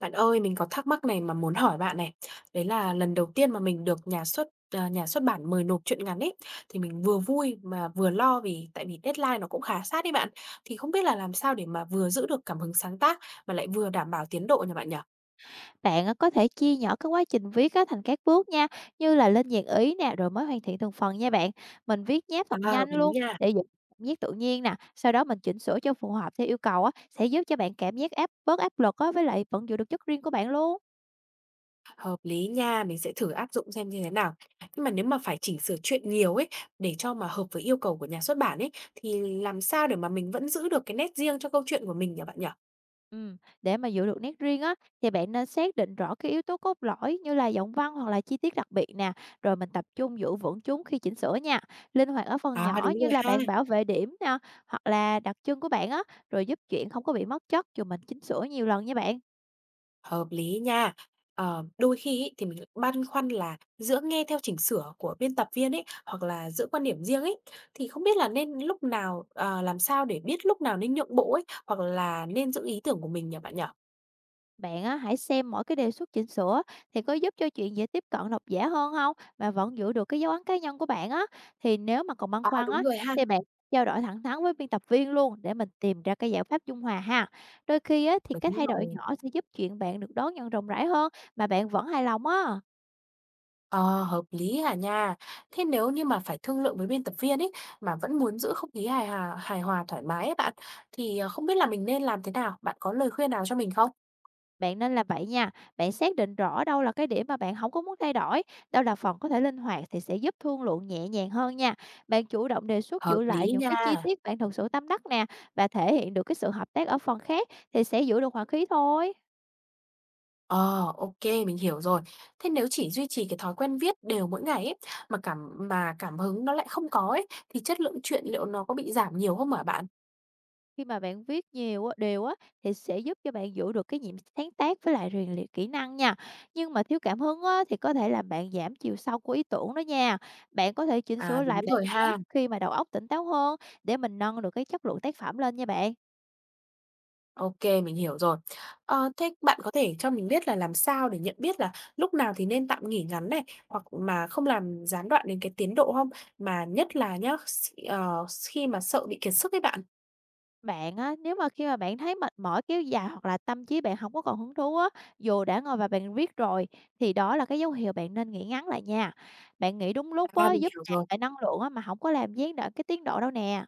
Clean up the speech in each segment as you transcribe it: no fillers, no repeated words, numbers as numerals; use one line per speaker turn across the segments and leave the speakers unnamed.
Bạn ơi, mình có thắc mắc này mà muốn hỏi bạn này. Đấy là lần đầu tiên mà mình được nhà xuất bản mời nộp truyện ngắn ấy thì mình vừa vui mà vừa lo vì tại vì deadline nó cũng khá sát đấy bạn. Thì không biết là làm sao để mà vừa giữ được cảm hứng sáng tác mà lại vừa đảm bảo tiến độ nha bạn nhỉ?
Bạn á, có thể chia nhỏ cái quá trình viết á, thành các bước nha, như là lên dàn ý nè, rồi mới hoàn thiện từng phần nha bạn. Mình viết nháp
À,
thật nhanh luôn để giữ cảm giác tự nhiên nè, sau đó mình chỉnh sửa cho phù hợp theo yêu cầu á, sẽ giúp cho bạn cảm giác bớt áp lực á, với lại vẫn giữ được chất riêng của bạn luôn.
hợp lý nha, mình sẽ thử áp dụng xem như thế nào. Nhưng mà nếu mà phải chỉnh sửa chuyện nhiều ấy để cho mà hợp với yêu cầu của nhà xuất bản ấy thì làm sao để mà mình vẫn giữ được cái nét riêng cho câu chuyện của mình nhỉ bạn nhỉ?
Để mà giữ được nét riêng á, thì bạn nên xác định rõ cái yếu tố cốt lõi như là giọng văn hoặc là chi tiết đặc biệt nè, rồi mình tập trung giữ vững chúng khi chỉnh sửa nha. Linh hoạt ở phần
À
nhỏ
đúng
như
rồi
là
ha.
bạn bảo vệ điểm nè, hoặc là đặc trưng của bạn á, rồi giúp chuyện không có bị mất chất dù mình chỉnh sửa nhiều lần nha bạn.
Hợp lý nha. Ờ, đôi khi ấy, thì mình lại băn khoăn là giữa nghe theo chỉnh sửa của biên tập viên ấy hoặc là giữ quan điểm riêng ấy thì không biết là nên lúc nào ờ, làm sao để biết lúc nào nên nhượng bộ ấy hoặc là nên giữ ý tưởng của mình nhỉ bạn nhỉ?
Bạn á, hãy xem mỗi cái đề xuất chỉnh sửa thì có giúp cho chuyện dễ tiếp cận độc giả hơn không mà vẫn giữ được cái dấu ấn cá nhân của bạn á. Thì nếu mà còn băn
À
khoăn
đúng
á,
rồi ha.
thì bạn trao đổi thẳng thắn với biên tập viên luôn, để mình tìm ra cái giải pháp dung hòa ha. Đôi khi á, thì cái
Đúng
thay đổi
rồi.
nhỏ sẽ giúp chuyện bạn được đón nhận rộng rãi hơn mà bạn vẫn hài lòng á.
Ờ, hợp lý à nha. Thế nếu như mà phải thương lượng với biên tập viên ấy mà vẫn muốn giữ không khí hài hòa thoải mái ấy bạn thì không biết là mình nên làm thế nào? Bạn có lời khuyên nào cho mình không?
Bạn nên làm vậy nha, bạn xác định rõ đâu là cái điểm mà bạn không có muốn thay đổi, đâu là phần có thể linh hoạt thì sẽ giúp thương lượng nhẹ nhàng hơn nha. Bạn chủ động đề xuất
Hợp
giữ lại
lý
những cái chi
nha.
tiết bạn thực sự tâm đắc nè, và thể hiện được cái sự hợp tác ở phần khác thì sẽ giữ được hòa khí thôi.
Ờ, ok, mình hiểu rồi. Thế nếu chỉ duy trì cái thói quen viết đều mỗi ngày ấy, mà cảm hứng nó lại không có ấy, thì chất lượng truyện liệu nó có bị giảm nhiều không hả bạn?
Khi mà bạn viết nhiều á, đều á, thì sẽ giúp cho bạn giữ được cái nhịp sáng tác với lại rèn luyện kỹ năng nha. Nhưng mà thiếu cảm hứng á, thì có thể làm bạn giảm chiều sâu của ý tưởng đó nha. Bạn có thể chỉnh
À,
sửa
đúng
lại bản
rồi
vẽ
ha.
khi mà đầu óc tỉnh táo hơn, để mình nâng được cái chất lượng tác phẩm lên nha bạn.
Ok, mình hiểu rồi. Ờ, thế bạn có thể cho mình biết là làm sao để nhận biết là lúc nào thì nên tạm nghỉ ngắn này, hoặc mà không làm gián đoạn đến cái tiến độ không? Mà nhất là nhá, khi mà sợ bị kiệt sức ấy bạn.
Bạn á, nếu mà khi mà bạn thấy mệt mỏi kéo dài hoặc là tâm trí bạn không có còn hứng thú á, dù đã ngồi và bạn viết rồi, thì đó là cái dấu hiệu bạn nên nghỉ ngắn lại nha. Bạn nghỉ đúng lúc
À,
á,
mình
giúp
hiểu
nạp
rồi.
lại năng lượng á, mà không có làm gián đoạn cái tiến độ đâu nè.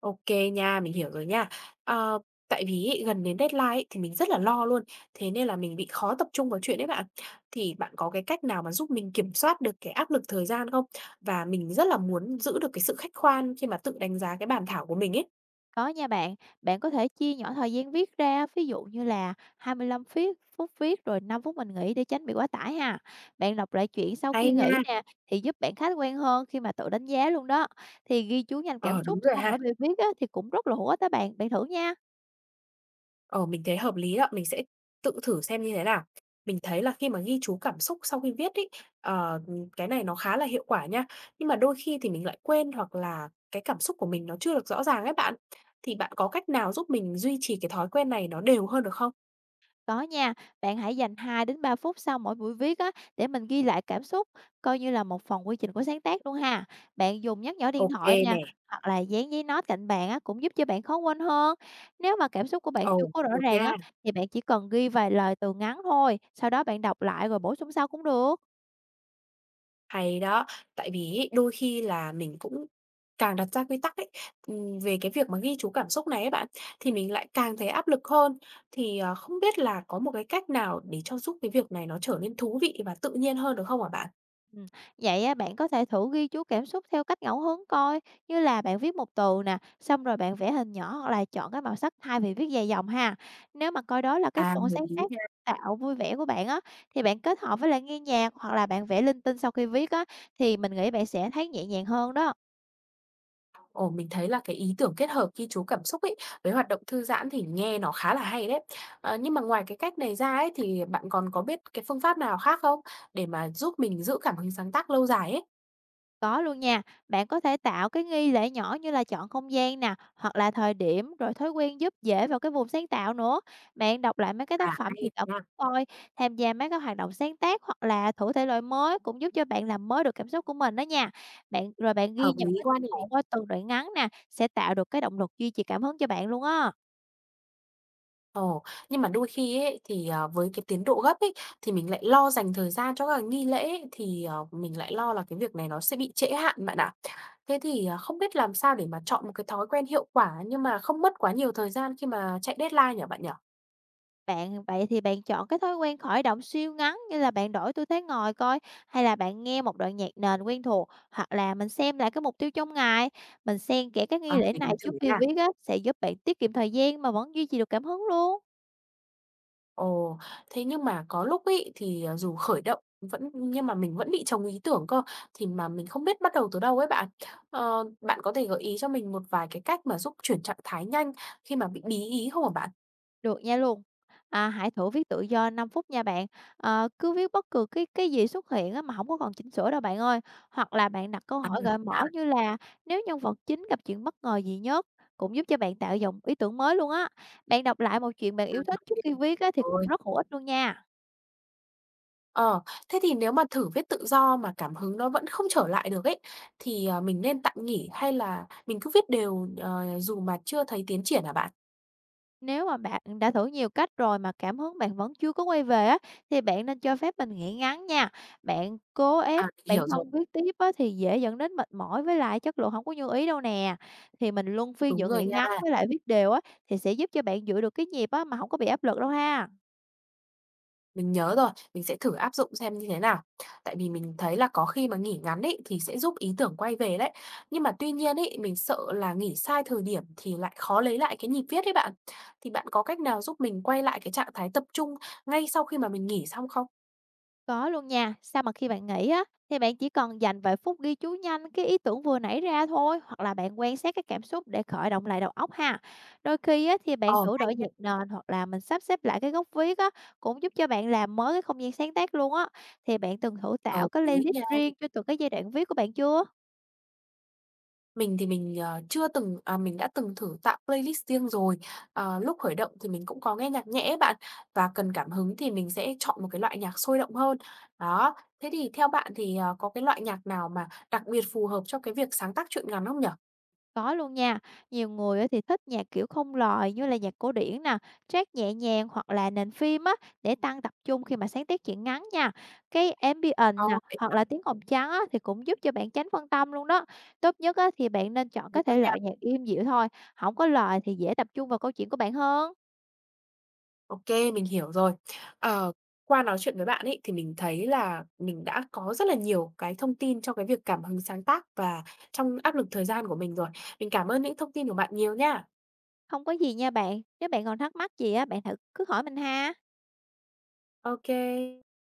OK nha, mình hiểu rồi nha. Ờ, tại vì ấy, gần đến deadline ấy, thì mình rất là lo luôn, thế nên là mình bị khó tập trung vào chuyện đấy bạn. Thì bạn có cái cách nào mà giúp mình kiểm soát được cái áp lực thời gian không? Và mình rất là muốn giữ được cái sự khách quan khi mà tự đánh giá cái bản thảo của mình ấy.
Có nha bạn, bạn có thể chia nhỏ thời gian viết ra, ví dụ như là 25 phít- phút phút viết rồi 5 phút mình nghỉ để tránh bị quá tải ha. Bạn đọc lại chuyện sau
Hay
khi nghỉ
nha!
nè, thì giúp bạn khách quan hơn khi mà tự đánh giá luôn đó. Thì ghi chú nhanh cảm
Ờ,
xúc
đúng rồi
xong
ha.
ở bài viết á, thì cũng rất là hữu ích đó bạn, bạn thử nha.
Ờ, mình thấy hợp lý đó, mình sẽ tự thử xem như thế nào. Mình thấy là khi mà ghi chú cảm xúc sau khi viết ờ, cái này nó khá là hiệu quả nha. Nhưng mà đôi khi thì mình lại quên hoặc là cái cảm xúc của mình nó chưa được rõ ràng ấy bạn. Thì bạn có cách nào giúp mình duy trì cái thói quen này nó đều hơn được không?
Có nha, bạn hãy dành 2 đến 3 phút sau mỗi buổi viết á, để mình ghi lại cảm xúc, coi như là một phần quy trình của sáng tác luôn ha. Bạn dùng nhắc nhở điện
Ok
thoại nè,
nè.
hoặc là dán giấy note cạnh bạn á, cũng giúp cho bạn khó quên hơn. Nếu mà cảm xúc của bạn chưa
Ồ,
có rõ
được
ràng á,
nha.
thì bạn chỉ cần ghi vài lời từ ngắn thôi, sau đó bạn đọc lại rồi bổ sung sau cũng được.
Hay đó, tại vì ấy, đôi khi là mình cũng càng đặt ra quy tắc ấy, về cái việc mà ghi chú cảm xúc này ấy bạn, thì mình lại càng thấy áp lực hơn. Không biết là có một cái cách nào để cho giúp cái việc này nó trở nên thú vị và tự nhiên hơn được không hả bạn?
Ừm, Vậy á, bạn có thể thử ghi chú cảm xúc theo cách ngẫu hứng coi, như là bạn viết một từ nè, xong rồi bạn vẽ hình nhỏ hoặc là chọn cái màu sắc thay vì viết dài dòng ha. Nếu mà coi đó là cái
À,
phần
hợp
sáng tác
lý nha.
tạo vui vẻ của bạn á, thì bạn kết hợp với lại nghe nhạc hoặc là bạn vẽ linh tinh sau khi viết á, thì mình nghĩ bạn sẽ thấy nhẹ nhàng hơn đó.
Ồ, mình thấy là cái ý tưởng kết hợp ghi chú cảm xúc ấy, với hoạt động thư giãn thì nghe nó khá là hay đấy. Ờ, nhưng mà ngoài cái cách này ra ấy, thì bạn còn có biết cái phương pháp nào khác không để mà giúp mình giữ cảm hứng sáng tác lâu dài ấy?
Có luôn nha, bạn có thể tạo cái nghi lễ nhỏ như là chọn không gian nè, hoặc là thời điểm, rồi thói quen giúp dễ vào cái vùng sáng tạo nữa. Bạn đọc lại mấy cái
À,
tác phẩm
hay
truyền cảm
nha,
hứng coi, tham gia mấy cái hoạt động sáng tác hoặc là thử thể loại mới cũng giúp cho bạn làm mới được cảm xúc của mình đó nha. Rồi bạn ghi
hợp
nhận
lý
cái
quá
tiến
nè.
bộ qua từng đoạn ngắn nè, sẽ tạo được cái động lực duy trì cảm hứng cho bạn luôn á.
Ồ, nhưng mà đôi khi ấy, với cái tiến độ gấp ấy, thì, mình lại lo dành thời gian cho các nghi lễ ấy, mình lại lo là cái việc này nó sẽ bị trễ hạn bạn ạ. Không biết làm sao để mà chọn một cái thói quen hiệu quả nhưng mà không mất quá nhiều thời gian khi mà chạy deadline nhỉ bạn nhỉ?
Vậy thì bạn chọn cái thói quen khởi động siêu ngắn như là bạn đổi tư thế ngồi coi, hay là bạn nghe một đoạn nhạc nền quen thuộc, hoặc là mình xem lại cái mục tiêu trong ngày. Mình xen kẽ các nghi
Ờ,
lễ
để mình
này
thử
trước khi
nha.
viết á, sẽ giúp bạn tiết kiệm thời gian mà vẫn duy trì được cảm hứng luôn.
Ồ, thế nhưng mà có lúc ấy dù khởi động vẫn nhưng mà mình vẫn bị trồng ý tưởng cơ, thì mà mình không biết bắt đầu từ đâu ấy bạn. Ờ, bạn có thể gợi ý cho mình một vài cái cách mà giúp chuyển trạng thái nhanh khi mà bị bí ý không hả bạn?
Được nha luôn. À, hãy thử viết tự do 5 phút nha bạn. Cứ viết bất cứ cái gì xuất hiện á, mà không có còn chỉnh sửa đâu bạn ơi. Hoặc là bạn đặt câu
À,
hỏi
mình
gợi mở
thả
như là nếu nhân vật chính gặp chuyện bất ngờ gì nhất, cũng giúp cho bạn tạo dòng ý tưởng mới luôn á. Bạn đọc lại một chuyện bạn
ra
yêu
nó
thích trước
biết
khi viết á, thì cũng
rồi.
rất hữu ích luôn nha.
Ờ, thế thì nếu mà thử viết tự do mà cảm hứng nó vẫn không trở lại được ấy, mình nên tạm nghỉ hay là mình cứ viết đều, ờ, dù mà chưa thấy tiến triển hả bạn?
Nếu mà bạn đã thử nhiều cách rồi mà cảm hứng bạn vẫn chưa có quay về á, thì bạn nên cho phép mình nghỉ ngắn nha. Bạn cố
À,
ép
mình
bản
hiểu rồi.
thân viết tiếp á, thì dễ dẫn đến mệt mỏi với lại chất lượng không có như ý đâu nè. Thì mình luân phiên
Đúng
giữa
rồi
nghỉ
nha,
ngắn với lại viết đều á, thì sẽ giúp cho bạn giữ được cái nhịp á, mà không có bị áp lực đâu ha.
mình nhớ rồi, mình sẽ thử áp dụng xem như thế nào. Tại vì mình thấy là có khi mà nghỉ ngắn ấy, thì sẽ giúp ý tưởng quay về đấy. Nhưng mà tuy nhiên ấy, mình sợ là nghỉ sai thời điểm thì lại khó lấy lại cái nhịp viết ấy bạn. Thì bạn có cách nào giúp mình quay lại cái trạng thái tập trung ngay sau khi mà mình nghỉ xong không?
Có luôn nha, sao mà khi bạn nghĩ á, thì bạn chỉ cần dành vài phút ghi chú nhanh cái ý tưởng vừa nảy ra thôi, hoặc là bạn quan sát cái cảm xúc để khởi động lại đầu óc ha. Đôi khi á, thì bạn
Ờ,
thử
hay.
đổi nhạc nền hoặc là mình sắp xếp lại cái góc viết á, cũng giúp cho bạn làm mới cái không gian sáng tác luôn á. Thì bạn từng thử
Hợp
tạo cái
lý
playlist
nha.
riêng cho từng cái giai đoạn viết của bạn chưa?
Mình thì mình, ờ, chưa từng à, Mình đã từng thử tạo playlist riêng rồi. Ờ, lúc khởi động thì mình cũng có nghe nhạc nhẹ ấy bạn, và cần cảm hứng thì mình sẽ chọn một cái loại nhạc sôi động hơn. Đó, thế thì theo bạn thì, có cái loại nhạc nào mà đặc biệt phù hợp cho cái việc sáng tác truyện ngắn không nhở?
Có luôn nha, nhiều người á thì thích nhạc kiểu không lời như là nhạc cổ điển nè, track nhẹ nhàng hoặc là nền phim á, để tăng tập trung khi mà sáng tác truyện ngắn nha. Cái ambient
Ờ,
nè
vậy
hoặc
hả?
là tiếng ồn trắng á thì cũng giúp cho bạn tránh phân tâm luôn đó. Tốt nhất á thì bạn nên chọn
Hay
cái
quá
thể
nha.
loại nhạc im dịu thôi, không có lời thì dễ tập trung vào câu chuyện của bạn hơn.
Ô, mình hiểu rồi. Ờ, qua nói chuyện với bạn ấy, thì mình thấy là mình đã có rất là nhiều cái thông tin cho cái việc cảm hứng sáng tác và trong áp lực thời gian của mình rồi. Mình cảm ơn những thông tin của bạn nhiều nha.
Không có gì nha bạn, nếu bạn còn thắc mắc gì á bạn thử cứ hỏi mình ha.
OK,